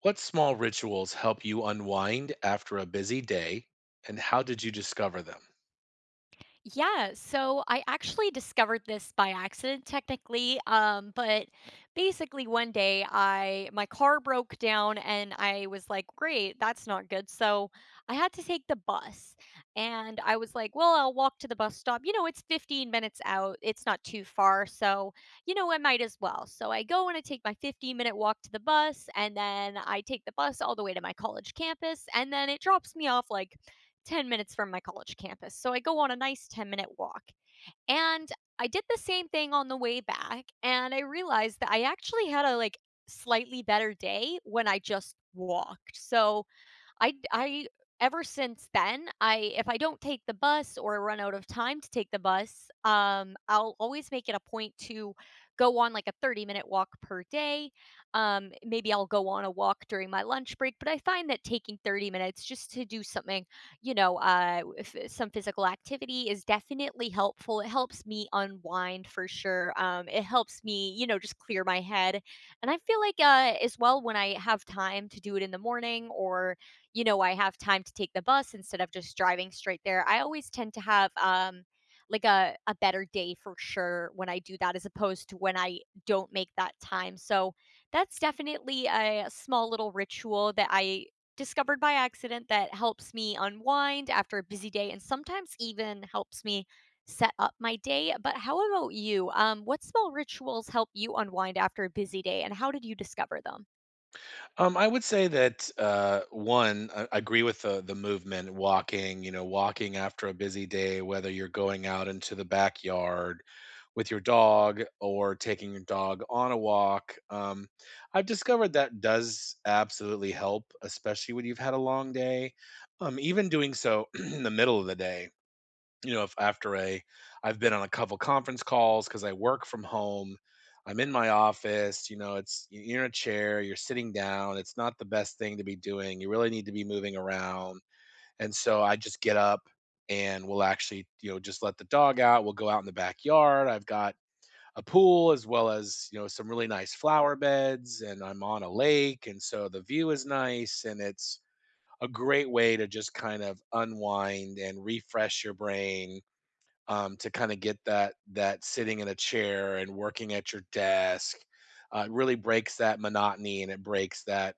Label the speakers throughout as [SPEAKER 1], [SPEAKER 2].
[SPEAKER 1] What small rituals help you unwind after a busy day, and how did you discover them?
[SPEAKER 2] Yeah, so I actually discovered this by accident technically, but basically one day I my car broke down and I was like, "Great, that's not good." So I had to take the bus. And I was like, "Well, I'll walk to the bus stop. You know, it's 15 minutes out. It's not too far, so you know, I might as well." So I go and I take my 15-minute walk to the bus, and then I take the bus all the way to my college campus, and then it drops me off like 10 minutes from my college campus. So I go on a nice 10-minute walk. And I did the same thing on the way back. And I realized that I actually had a like slightly better day when I just walked. So I ever since then, I if I don't take the bus or run out of time to take the bus, I'll always make it a point to go on, like, a 30-minute walk per day. Maybe I'll go on a walk during my lunch break, but I find that taking 30 minutes just to do something, if some physical activity is definitely helpful. It helps me unwind for sure. It helps me, you know, just clear my head, and I feel like, as well, when I have time to do it in the morning or you know, I have time to take the bus instead of just driving straight there. I always tend to have like a better day for sure when I do that as opposed to when I don't make that time. So that's definitely a small little ritual that I discovered by accident that helps me unwind after a busy day and sometimes even helps me set up my day. But how about you? What small rituals help you unwind after a busy day and how did you discover them?
[SPEAKER 1] I would say that one, I agree with the movement, walking. You know, walking after a busy day, whether you're going out into the backyard with your dog or taking your dog on a walk. I've discovered that does absolutely help, especially when you've had a long day. Even doing so in the middle of the day. You know, if after a I've been on a couple conference calls because I work from home. I'm in my office. You know, it's you're in a chair, you're sitting down, it's not the best thing to be doing, you really need to be moving around, and so I just get up and we'll actually, you know, just let the dog out. We'll go out in the backyard. I've got a pool as well as, you know, some really nice flower beds, and I'm on a lake, and so the view is nice, and it's a great way to just kind of unwind and refresh your brain, to kind of get that sitting in a chair and working at your desk. It really breaks that monotony and it breaks that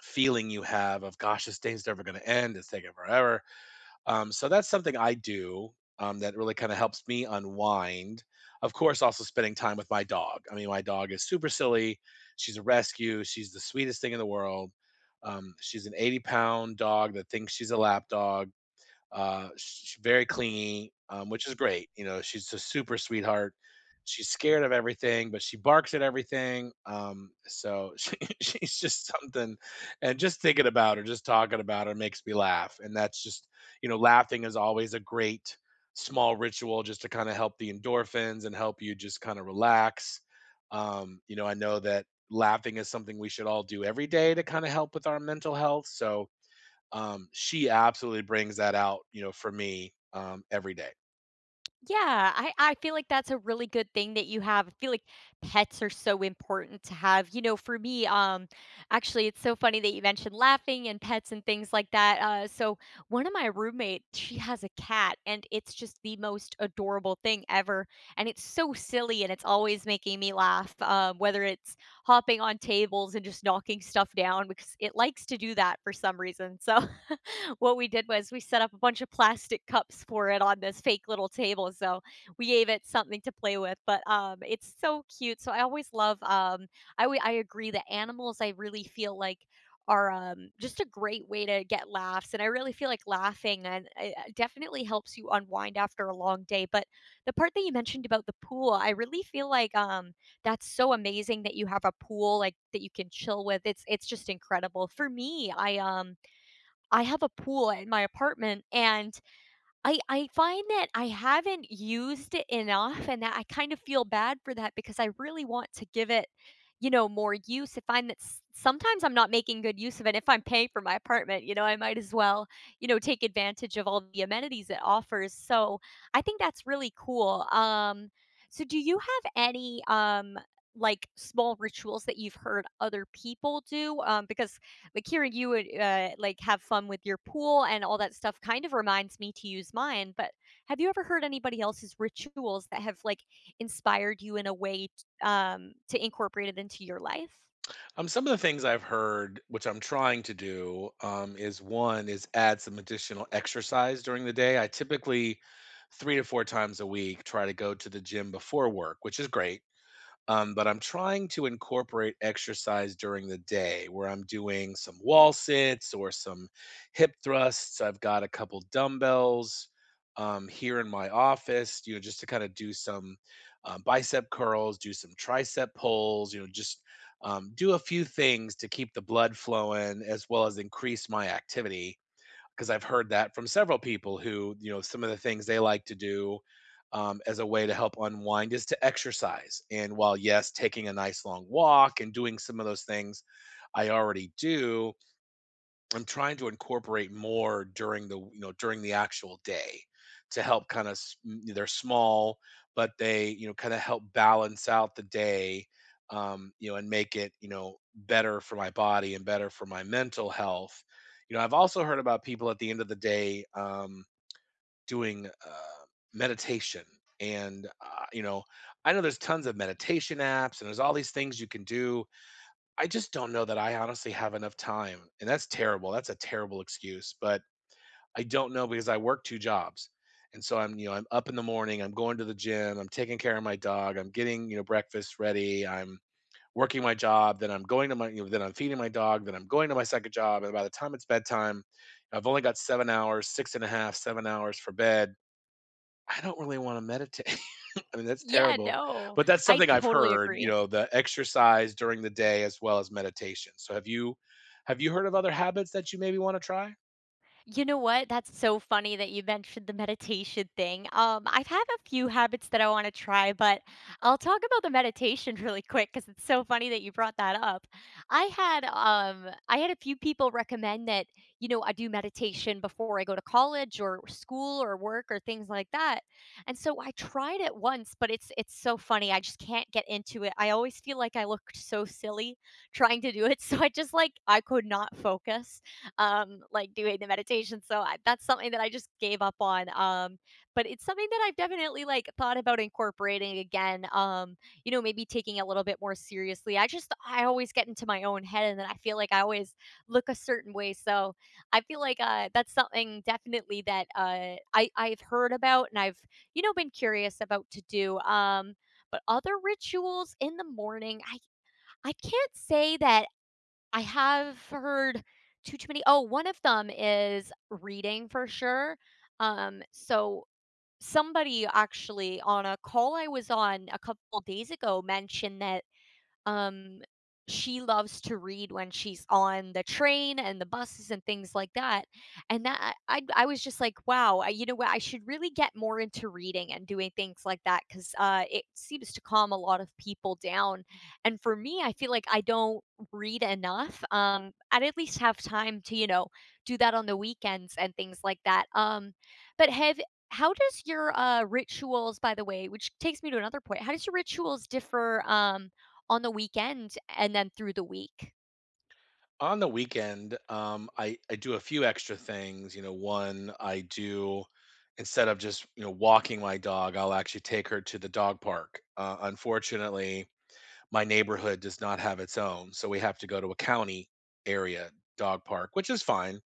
[SPEAKER 1] feeling you have of gosh, this thing's never going to end. It's taking forever. So that's something I do, that really kind of helps me unwind. Of course, also spending time with my dog. I mean, my dog is super silly. She's a rescue. She's the sweetest thing in the world. She's an 80 pound dog that thinks she's a lap dog. She's very clingy, which is great. You know, she's a super sweetheart. She's scared of everything, but she barks at everything. So she's just something, and just thinking about her, just talking about her makes me laugh. And that's just, you know, laughing is always a great small ritual just to kind of help the endorphins and help you just kind of relax. You know, I know that laughing is something we should all do every day to kind of help with our mental health. So, she absolutely brings that out, you know, for me, every day.
[SPEAKER 2] Yeah, I feel like that's a really good thing that you have. I feel like pets are so important to have. You know, for me, actually, it's so funny that you mentioned laughing and pets and things like that. So one of my roommate, she has a cat, and it's just the most adorable thing ever. And it's so silly, and it's always making me laugh. Whether it's hopping on tables and just knocking stuff down because it likes to do that for some reason. So. What we did was we set up a bunch of plastic cups for it on this fake little table, so we gave it something to play with, but, it's so cute, so I always love, I agree that animals, I really feel like, are, just a great way to get laughs, and I really feel like laughing and it definitely helps you unwind after a long day, but the part that you mentioned about the pool, I really feel like, that's so amazing that you have a pool, like, that you can chill with, it's just incredible. For me, I have a pool in my apartment, and I find that I haven't used it enough, and that I kind of feel bad for that because I really want to give it, you know, more use. I find that sometimes I'm not making good use of it. If I'm paying for my apartment, you know, I might as well, you know, take advantage of all the amenities it offers. So I think that's really cool. So do you have any like small rituals that you've heard other people do? Because like hearing you like have fun with your pool and all that stuff kind of reminds me to use mine. But have you ever heard anybody else's rituals that have like inspired you in a way to incorporate it into your life?
[SPEAKER 1] Some of the things I've heard, which I'm trying to do, is one is add some additional exercise during the day. I typically 3 to 4 times a week try to go to the gym before work, which is great. But I'm trying to incorporate exercise during the day where I'm doing some wall sits or some hip thrusts. I've got a couple dumbbells, here in my office, you know, just to kind of do some, bicep curls, do some tricep pulls, you know, just, do a few things to keep the blood flowing as well as increase my activity because I've heard that from several people who, you know, some of the things they like to do, as a way to help unwind is to exercise. And while, yes, taking a nice long walk and doing some of those things I already do, I'm trying to incorporate more during the, you know, during the actual day to help kind of, they're small, but they, you know, kind of help balance out the day, you know, and make it, you know, better for my body and better for my mental health. You know, I've also heard about people at the end of the day, doing meditation, and you know, I know there's tons of meditation apps and there's all these things you can do. I just don't know that I honestly have enough time, and that's terrible, that's a terrible excuse, but I don't know because I work 2 jobs, and so I'm, you know, I'm up in the morning, I'm going to the gym, I'm taking care of my dog, I'm getting, you know, breakfast ready, I'm working my job, then I'm going to my, you know, then I'm feeding my dog, then I'm going to my second job, and by the time it's bedtime, I've only got 7 hours, 6 and a half, 7 hours for bed. I don't really wanna meditate. I mean, that's
[SPEAKER 2] Yeah,
[SPEAKER 1] terrible,
[SPEAKER 2] no,
[SPEAKER 1] but that's
[SPEAKER 2] I
[SPEAKER 1] something I've
[SPEAKER 2] totally
[SPEAKER 1] heard, you
[SPEAKER 2] agree.
[SPEAKER 1] know, the exercise during the day as well as meditation. So have you heard of other habits that you maybe wanna try?
[SPEAKER 2] You know what? That's so funny that you mentioned the meditation thing. I have a few habits that I want to try, but I'll talk about the meditation really quick because it's so funny that you brought that up. I had a few people recommend that you know I do meditation before I go to college or school or work or things like that, and so I tried it once, but it's so funny. I just can't get into it. I always feel like I looked so silly trying to do it, so I just like I could not focus like doing the meditation. So I, that's something that I just gave up on. But it's something that I've definitely like thought about incorporating again. You know, maybe taking it a little bit more seriously. I just I always get into my own head, and then I feel like I always look a certain way. So I feel like that's something definitely that I've heard about, and I've you know been curious about to do. But other rituals in the morning, I can't say that I have heard too many oh, one of them is reading for sure. So somebody actually on a call I was on a couple days ago mentioned that um, she loves to read when she's on the train and the buses and things like that, and that I was just like, "Wow, I you know what, I should really get more into reading and doing things like that because it seems to calm a lot of people down." And for me, I feel like I don't read enough. I'd at least have time to, you know, do that on the weekends and things like that. But have How does your, rituals by the way, which takes me to another point, how does your rituals differ, on the weekend and then through the week.
[SPEAKER 1] On the weekend, I do a few extra things. You know, one I do instead of just, you know, walking my dog, I'll actually take her to the dog park. Unfortunately, my neighborhood does not have its own, so we have to go to a county area dog park, which is fine.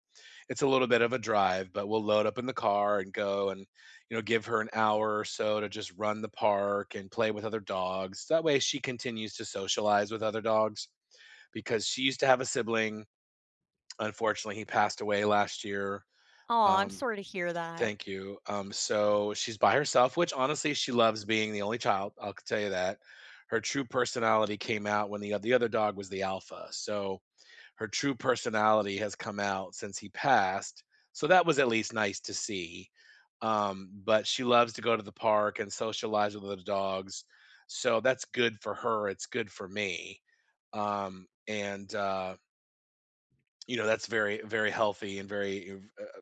[SPEAKER 1] It's a little bit of a drive, but we'll load up in the car and go and, you know, give her an hour or so to just run the park and play with other dogs. That way, she continues to socialize with other dogs because she used to have a sibling. Unfortunately, he passed away last year.
[SPEAKER 2] Oh, I'm
[SPEAKER 1] Um,
[SPEAKER 2] sorry to hear that.
[SPEAKER 1] thank you. So she's by herself, which honestly she loves being the only child. I'll tell you that. Her true personality came out when the other dog was the alpha. So her true personality has come out since he passed. So that was at least nice to see. But she loves to go to the park and socialize with other dogs. So that's good for her. It's good for me. And you know, that's very, very healthy and very, uh, uh,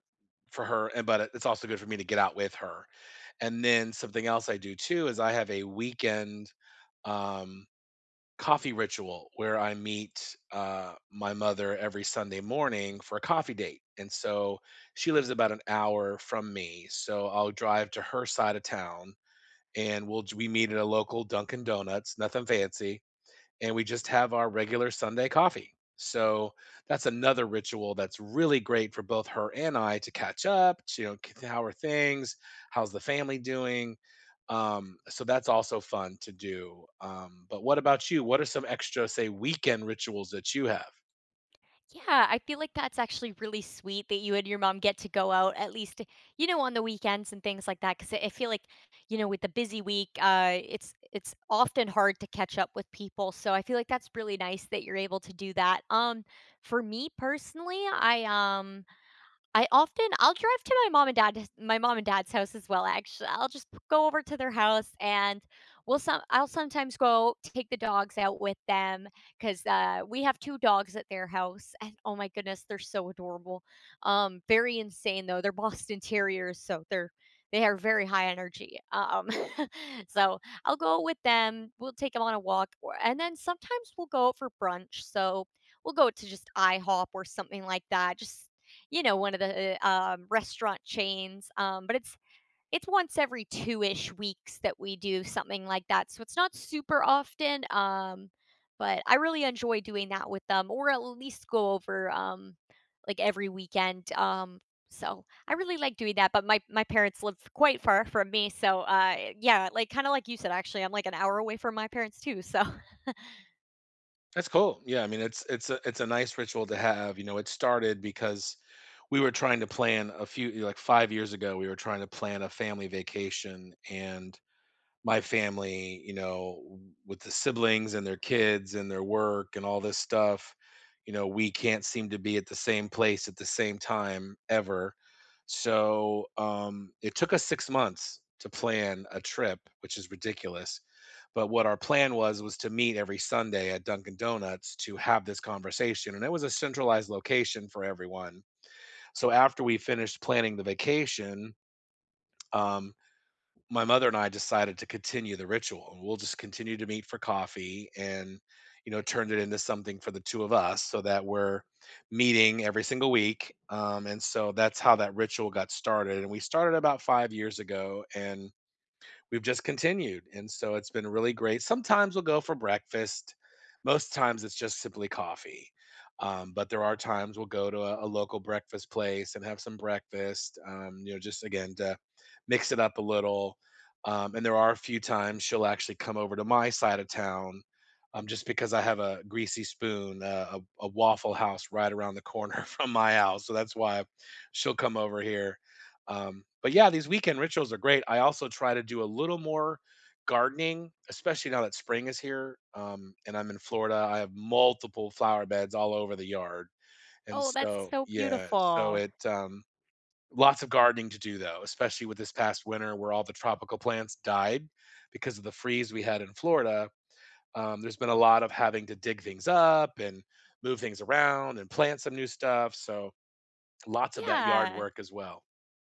[SPEAKER 1] for her. And but it's also good for me to get out with her. And then something else I do too is I have a weekend, um, coffee ritual where I meet my mother every Sunday morning for a coffee date. And so she lives about an hour from me. So I'll drive to her side of town and we meet at a local Dunkin' Donuts, nothing fancy, and we just have our regular Sunday coffee. So that's another ritual that's really great for both her and I to catch up. You know, k- how are things? How's the family doing? So that's also fun to do. But what about you? What are some extra, say, weekend rituals that you have?
[SPEAKER 2] Yeah, I feel like that's actually really sweet that you and your mom get to go out at least, you know, on the weekends and things like that. Because I feel like, you know, with the busy week, it's often hard to catch up with people. So I feel like that's really nice that you're able to do that. For me personally, I'll drive to my mom and dad's house as well, actually. I'll just p go over to their house, and we'll some I'll sometimes go take the dogs out with them 'cause, we have 2 dogs at their house, and, oh my goodness, they're so adorable. Very insane, though. They're Boston Terriers, so they are very high energy. So I'll go with them, we'll take them on a walk, or and then sometimes we'll go out for brunch, so we'll go to just IHOP or something like that, just you know, one of the, restaurant chains, but it's once every 2-ish weeks that we do something like that, so it's not super often, but I really enjoy doing that with them or at least go over, like, every weekend, so I really like doing that, but my parents live quite far from me, so, yeah, like, kinda like you said, actually, I'm, like, an hour away from my parents too, so
[SPEAKER 1] That's cool. Yeah, I mean it's a nice ritual to have. You know, it started because we were trying to plan a few, like, 5 years ago we were trying to plan a family vacation, and my family, you know, with the siblings and their kids and their work and all this stuff, you know, we can't seem to be at the same place at the same time ever. So it took us 6 months to plan a trip, which is ridiculous. But what our plan was to meet every Sunday at Dunkin' Donuts to have this conversation. And it was a centralized location for everyone. So after we finished planning the vacation, um, my mother and I decided to continue the ritual, and we'll just continue to meet for coffee and, you know, turned it into something for the two of us so that we're meeting every single week. And so that's how that ritual got started. And we started about 5 years ago. And we've just continued, and so it's been really great. Sometimes we'll go for breakfast. Most times it's just simply coffee. But there are times we'll go to a local breakfast place and have some breakfast, you know, just again to mix it up a little. And there are a few times she'll actually come over to my side of town, just because I have a greasy spoon, a Waffle House right around the corner from my house. So that's why she'll come over here, but yeah, these weekend rituals are great. I also try to do a little more gardening, especially now that spring is here. And I'm in Florida. I have multiple flower beds all over the yard. And
[SPEAKER 2] Oh, that's
[SPEAKER 1] so,
[SPEAKER 2] so
[SPEAKER 1] yeah, so
[SPEAKER 2] beautiful.
[SPEAKER 1] it, lots of gardening to do though, especially with this past winter where all the tropical plants died because of the freeze we had in Florida. There's been a lot of having to dig things up and move things around and plant some new stuff. So lots of that yard
[SPEAKER 2] Yeah.
[SPEAKER 1] work as well.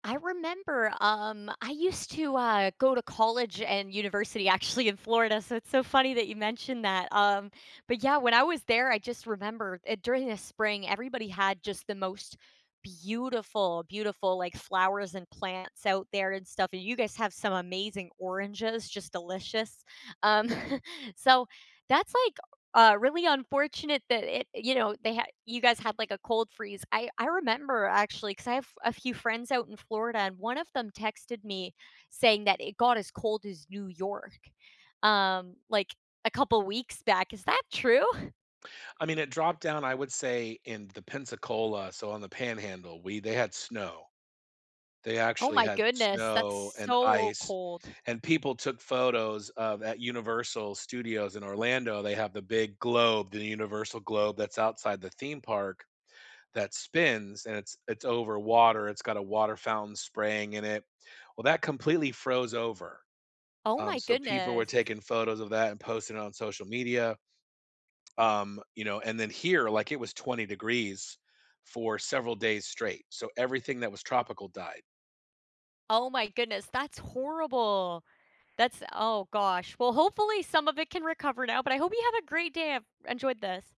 [SPEAKER 2] I remember, I used to, go to college and university actually in Florida, so it's so funny that you mentioned that, but yeah, when I was there, I just remember, during the spring, everybody had just the most beautiful, beautiful, like, flowers and plants out there and stuff, and you guys have some amazing oranges, just delicious, um, so that's, like, really unfortunate that it you know, they had you guys had, like, a cold freeze. I remember actually because I have a few friends out in Florida, and one of them texted me saying that it got as cold as New York, like, a couple weeks back. Is that true?
[SPEAKER 1] I mean, it dropped down, I would say, in the Pensacola, so on the Panhandle, we they had snow. They
[SPEAKER 2] Oh
[SPEAKER 1] actually
[SPEAKER 2] my
[SPEAKER 1] had
[SPEAKER 2] goodness, that's
[SPEAKER 1] snow and
[SPEAKER 2] so
[SPEAKER 1] ice,
[SPEAKER 2] cold.
[SPEAKER 1] and people took photos of, at Universal Studios in Orlando, they have the big globe, the universal globe that's outside the theme park that spins, and it's over water, it's got a water fountain spraying in it. Well, that completely froze over,
[SPEAKER 2] Oh my
[SPEAKER 1] so people were
[SPEAKER 2] goodness.
[SPEAKER 1] taking photos of that and posting it on social media. You know, and then here, like, it was 20 degrees for several days straight. So everything that was tropical died.
[SPEAKER 2] Oh my goodness, that's horrible. That's oh gosh. Well, hopefully some of it can recover now, but I hope you have a great day. I've enjoyed this.